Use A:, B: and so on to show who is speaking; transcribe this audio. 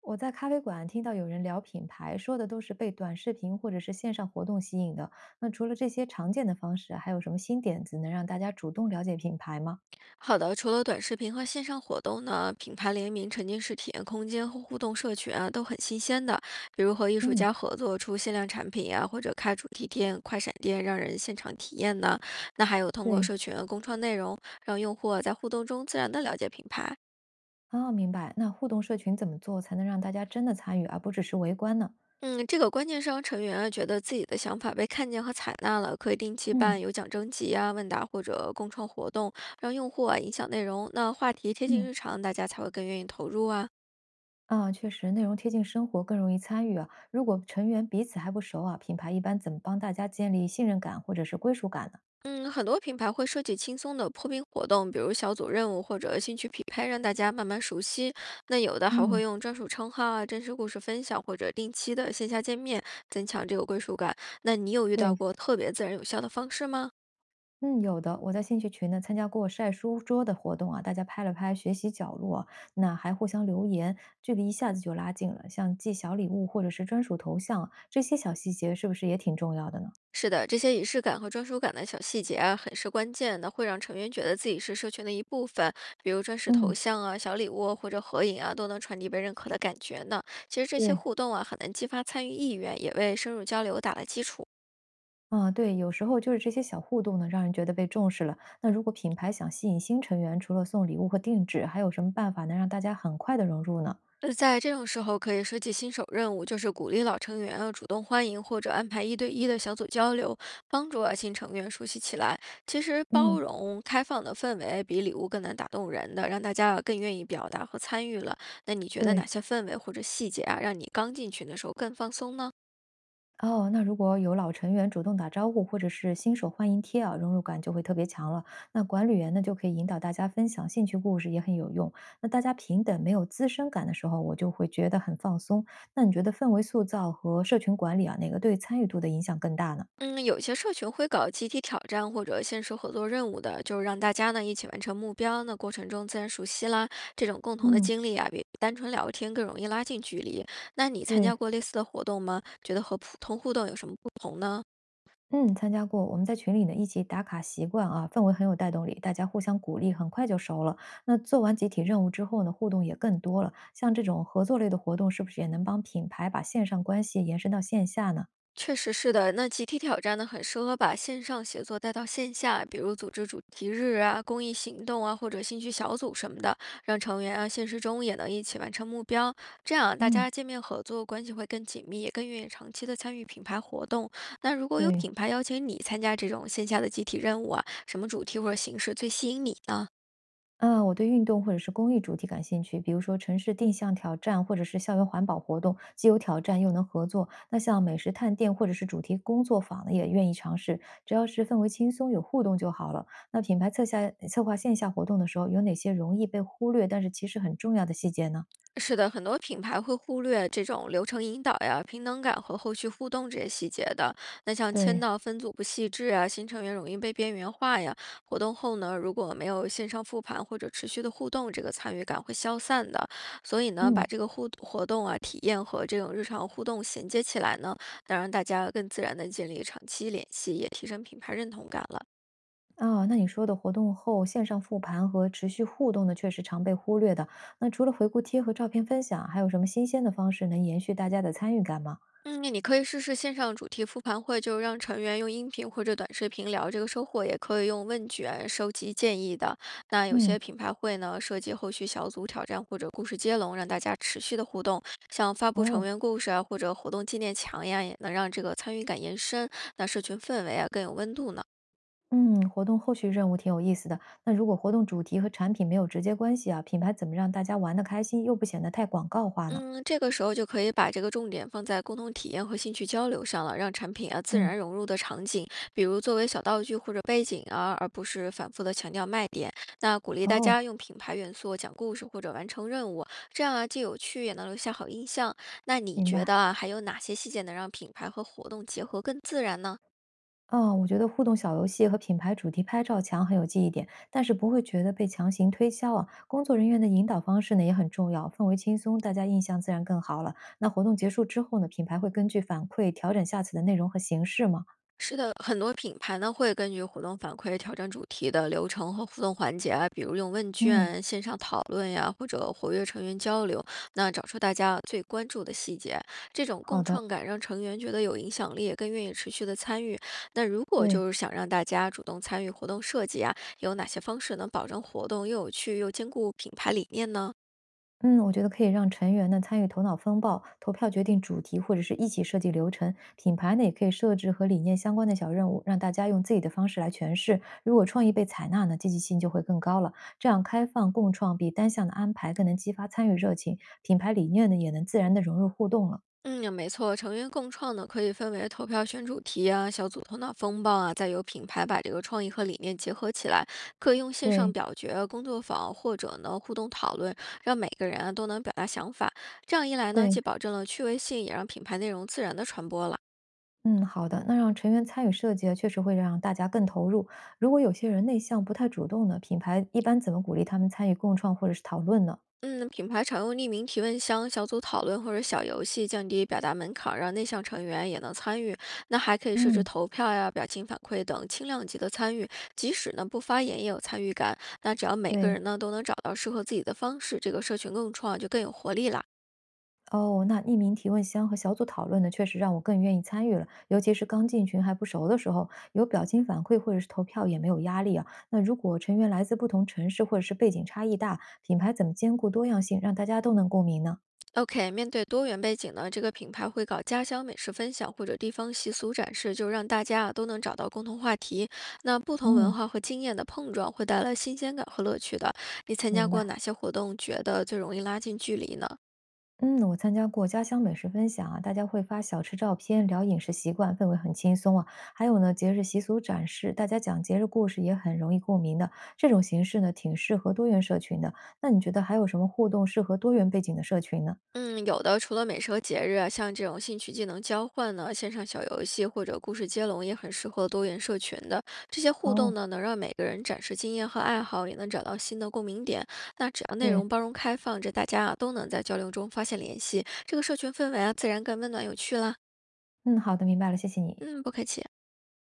A: 我在咖啡馆听到有人聊品牌，说的都是被短视频或者是线上活动吸引的。那除了这些常见的方式，还有什么新点子能让大家主动了解品牌吗？
B: 好的，除了短视频和线上活动呢，品牌联名、沉浸式体验空间和互动社群啊，都很新鲜的。比如和艺术
A: 嗯，
B: 家合作出限量产品啊，或者开主题店、快闪店，让人现场体验呢。那还有通过
A: 对，
B: 社群啊共创内容，让用户啊在互动中自然的了解品牌。
A: 啊，明白。那互动社群怎么做才能让大家真的参与，而不只是围观呢？
B: 嗯，这个关键商成员啊，觉得自己的想法被看见和采纳了，可以定期
A: 嗯
B: 办有奖征集啊、问答或者共创活动，让用户啊影响内容，那话题贴近
A: 嗯，
B: 日常，大家才会更愿意投入啊。
A: 啊，确实，内容贴近生活更容易参与啊。如果成员彼此还不熟啊，品牌一般怎么帮大家建立信任感或者是归属感呢？
B: 嗯，很多品牌会设计轻松的破冰活动，比如小组任务或者兴趣匹配，让大家慢慢熟悉。那有的还
A: 嗯，
B: 会用专属称号啊、真实故事分享，或者定期的线下见面，增强这个归属感。那你有遇到
A: 对。
B: 过特别自然有效的方式吗？
A: 嗯，有的。我在兴趣群呢参加过晒书桌的活动啊，大家拍了拍学习角落，那还互相留言，距离一下子就拉近了。像寄小礼物或者是专属头像啊，这些小细节是不是也挺重要的呢？
B: 是的，这些仪式感和专属感的小细节啊，很是关键的，会让成员觉得自己是社群的一部分。比如专属头
A: 嗯，
B: 像啊、小礼物啊或者合影啊，都能传递被认可的感觉呢。其实这些
A: 对，
B: 互动啊，很能激发参与意愿，也为深入交流打了基础。
A: 啊，对，有时候就是这些小互动呢，让人觉得被重视了。那如果品牌想吸引新成员，除了送礼物和定制，还有什么办法能让大家很快的融入呢？
B: 在这种时候可以设计新手任务，就是鼓励老成员啊主动欢迎或者安排一对一的小组交流，帮助啊新成员熟悉起来。其实包
A: 嗯，
B: 容、开放的氛围比礼物更能打动人的，让大家啊更愿意表达和参与了。那你觉得哪
A: 对。
B: 些氛围或者细节啊，让你刚进群的时候更放松呢？
A: 哦，那如果有老成员主动打招呼，或者是新手欢迎贴啊，融入感就会特别强了。那管理员呢，就可以引导大家分享兴趣故事，也很有用。那大家平等没有资生感的时候，我就会觉得很放松。那你觉得氛围塑造和社群管理啊，哪个对参与度的影响更大呢？
B: 嗯，有些社群会搞集体挑战或者限时合作任务的，就是让大家呢一起完成目标，那过程中自然熟悉啦，这种共同的
A: 嗯，
B: 经历啊，比单纯聊天更容易拉近距离。那你参加
A: 对，
B: 过类似的活动吗？觉得和普通互动有什么不同呢？
A: 嗯，参加过。我们在群里呢一起打卡习惯啊，氛围很有带动力，大家互相鼓励，很快就熟了。那做完集体任务之后呢，互动也更多了。像这种合作类的活动，是不是也能帮品牌把线上关系延伸到线下呢？
B: 确实是的，那集体挑战呢，很适合把线上写作带到线下，比如组织主题日啊、公益行动啊，或者兴趣小组什么的，让成员啊现实中也能一起完成目标。这样啊大
A: 嗯，
B: 家见面合作，关系会更紧密，也更愿意长期的参与品牌活动。那如果有
A: 对。
B: 品牌邀请你参加这种线下的集体任务啊，什么主题或者形式最吸引你呢？
A: 啊，我对运动或者是公益主题感兴趣，比如说城市定向挑战，或者是校园环保活动，既有挑战又能合作。那像美食探店或者是主题工作坊呢，也愿意尝试，只要是氛围轻松、有互动就好了。那品牌策下策划线下活动的时候，有哪些容易被忽略，但是其实很重要的细节呢？
B: 是的，很多品牌会忽略这种流程引导呀、平等感和后续互动这些细节的。那像签
A: 对，
B: 到分组不细致啊，新成员容易被边缘化呀。活动后呢，如果没有线上复盘或者持续的互动，这个参与感会消散的。所以呢，把
A: 嗯。
B: 这个互活动啊、体验和这种日常互动衔接起来呢，能让大家更自然的建立长期联系，也提升品牌认同感了。
A: 啊、那你说的活动后线上复盘和持续互动呢，确实常被忽略的。那除了回顾贴和照片分享，还有什么新鲜的方式能延续大家的参与感吗？
B: 嗯，你可以试试线上主题复盘会，就让成员用音频或者短视频聊这个收获，也可以用问卷收集建议的。那有
A: 嗯，
B: 些品牌会呢，设计后续小组挑战或者故事接龙，让大家持续的互动。像发布成
A: 哦，
B: 员故事啊，或者活动纪念墙呀，也能让这个参与感延伸，那社群氛围啊更有温度呢。
A: 嗯，活动后续任务挺有意思的。那如果活动主题和产品没有直接关系啊，品牌怎么让大家玩得开心，又不显得太广告化呢？
B: 嗯，这个时候就可以把这个重点放在共同体验和兴趣交流上了，让产品啊自
A: 嗯，
B: 然融入的场景，比如作为小道具或者背景啊，而不是反复的强调卖点。那鼓励大
A: 哦，
B: 家用品牌元素讲故事或者完成任务，这样啊既有趣也能留下好印象。那你
A: 明
B: 觉
A: 白。
B: 得啊还有哪些细节能让品牌和活动结合更自然呢？
A: 哦，我觉得互动小游戏和品牌主题拍照墙很有记忆点，但是不会觉得被强行推销啊。工作人员的引导方式呢也很重要，氛围轻松，大家印象自然更好了。那活动结束之后呢，品牌会根据反馈调整下次的内容和形式吗？
B: 是的，很多品牌呢会根据活动反馈调整主题的流程和互动环节啊，比如用问
A: 嗯，
B: 卷、线上讨论呀，或者活跃成员交流，那找出大家最关注的细节。这种
A: 好
B: 共
A: 的，
B: 创感让成员觉得有影响力，更愿意持续的参与。那如果
A: 对。
B: 就是想让大家主动参与活动设计啊，有哪些方式能保证活动又有趣又兼顾品牌理念呢？
A: 嗯，我觉得可以让成员呢参与头脑风暴，投票决定主题，或者是一起设计流程。品牌呢也可以设置和理念相关的小任务，让大家用自己的方式来诠释。如果创意被采纳呢，积极性就会更高了。这样开放共创比单向的安排更能激发参与热情，品牌理念呢也能自然的融入互动了。
B: 嗯，没错，成员共创呢，可以分为投票选主题啊、小组头脑风暴啊，再由品牌把这个创意和理念结合起来，可以用线上
A: 对
B: 表决、工作坊或者呢互动讨论，让每个人啊都能表达想法。这样一来呢，
A: 对，
B: 既保证了趣味性，也让品牌内容自然的传播了。
A: 嗯，好的。那让成员参与设计啊，确实会让大家更投入。如果有些人内向不太主动呢，品牌一般怎么鼓励他们参与共创或者是讨论呢？
B: 嗯，品牌常用匿名提问箱、小组讨论或者小游戏，降低表达门槛，让内向成员也能参与。那还可以设置
A: 嗯，
B: 投票呀、表情反馈等轻量级的参与，即使呢不发言也有参与感。那只要每个
A: 对。
B: 人呢都能找到适合自己的方式，这个社群共创就更有活力啦。
A: 哦，那匿名提问箱和小组讨论呢，确实让我更愿意参与了。尤其是刚进群还不熟的时候，有表情反馈或者是投票也没有压力啊。那如果成员来自不同城市或者是背景差异大，品牌怎么兼顾多样性，让大家都能共鸣呢？
B: OK，面对多元背景呢，这个品牌会搞家乡美食分享或者地方习俗展示，就让大家啊都能找到共同话题。那不同文
A: 嗯，
B: 化和经验的碰撞会带来新鲜感和乐趣的。你参加
A: 明
B: 过
A: 白。
B: 哪些活动，觉得最容易拉近距离呢？
A: 嗯，我参加过家乡美食分享啊，大家会发小吃照片，聊饮食习惯，氛围很轻松啊。还有呢，节日习俗展示，大家讲节日故事也很容易共鸣的。这种形式呢，挺适合多元社群的。那你觉得还有什么互动适合多元背景的社群呢？
B: 嗯，有的，除了美食和节日啊，像这种兴趣技能交换呢，线上小游戏或者故事接龙也很适合多元社群的。这些互动
A: 哦，
B: 呢，能让每个人展示经验和爱好，也能找到新的共鸣点。那只要内
A: 对，
B: 容包容开放，这大家啊都能在交流中发现联系，这个社群氛围啊自然更温暖有趣啦。
A: 嗯，好的，明白了，谢谢你。
B: 嗯，不客气。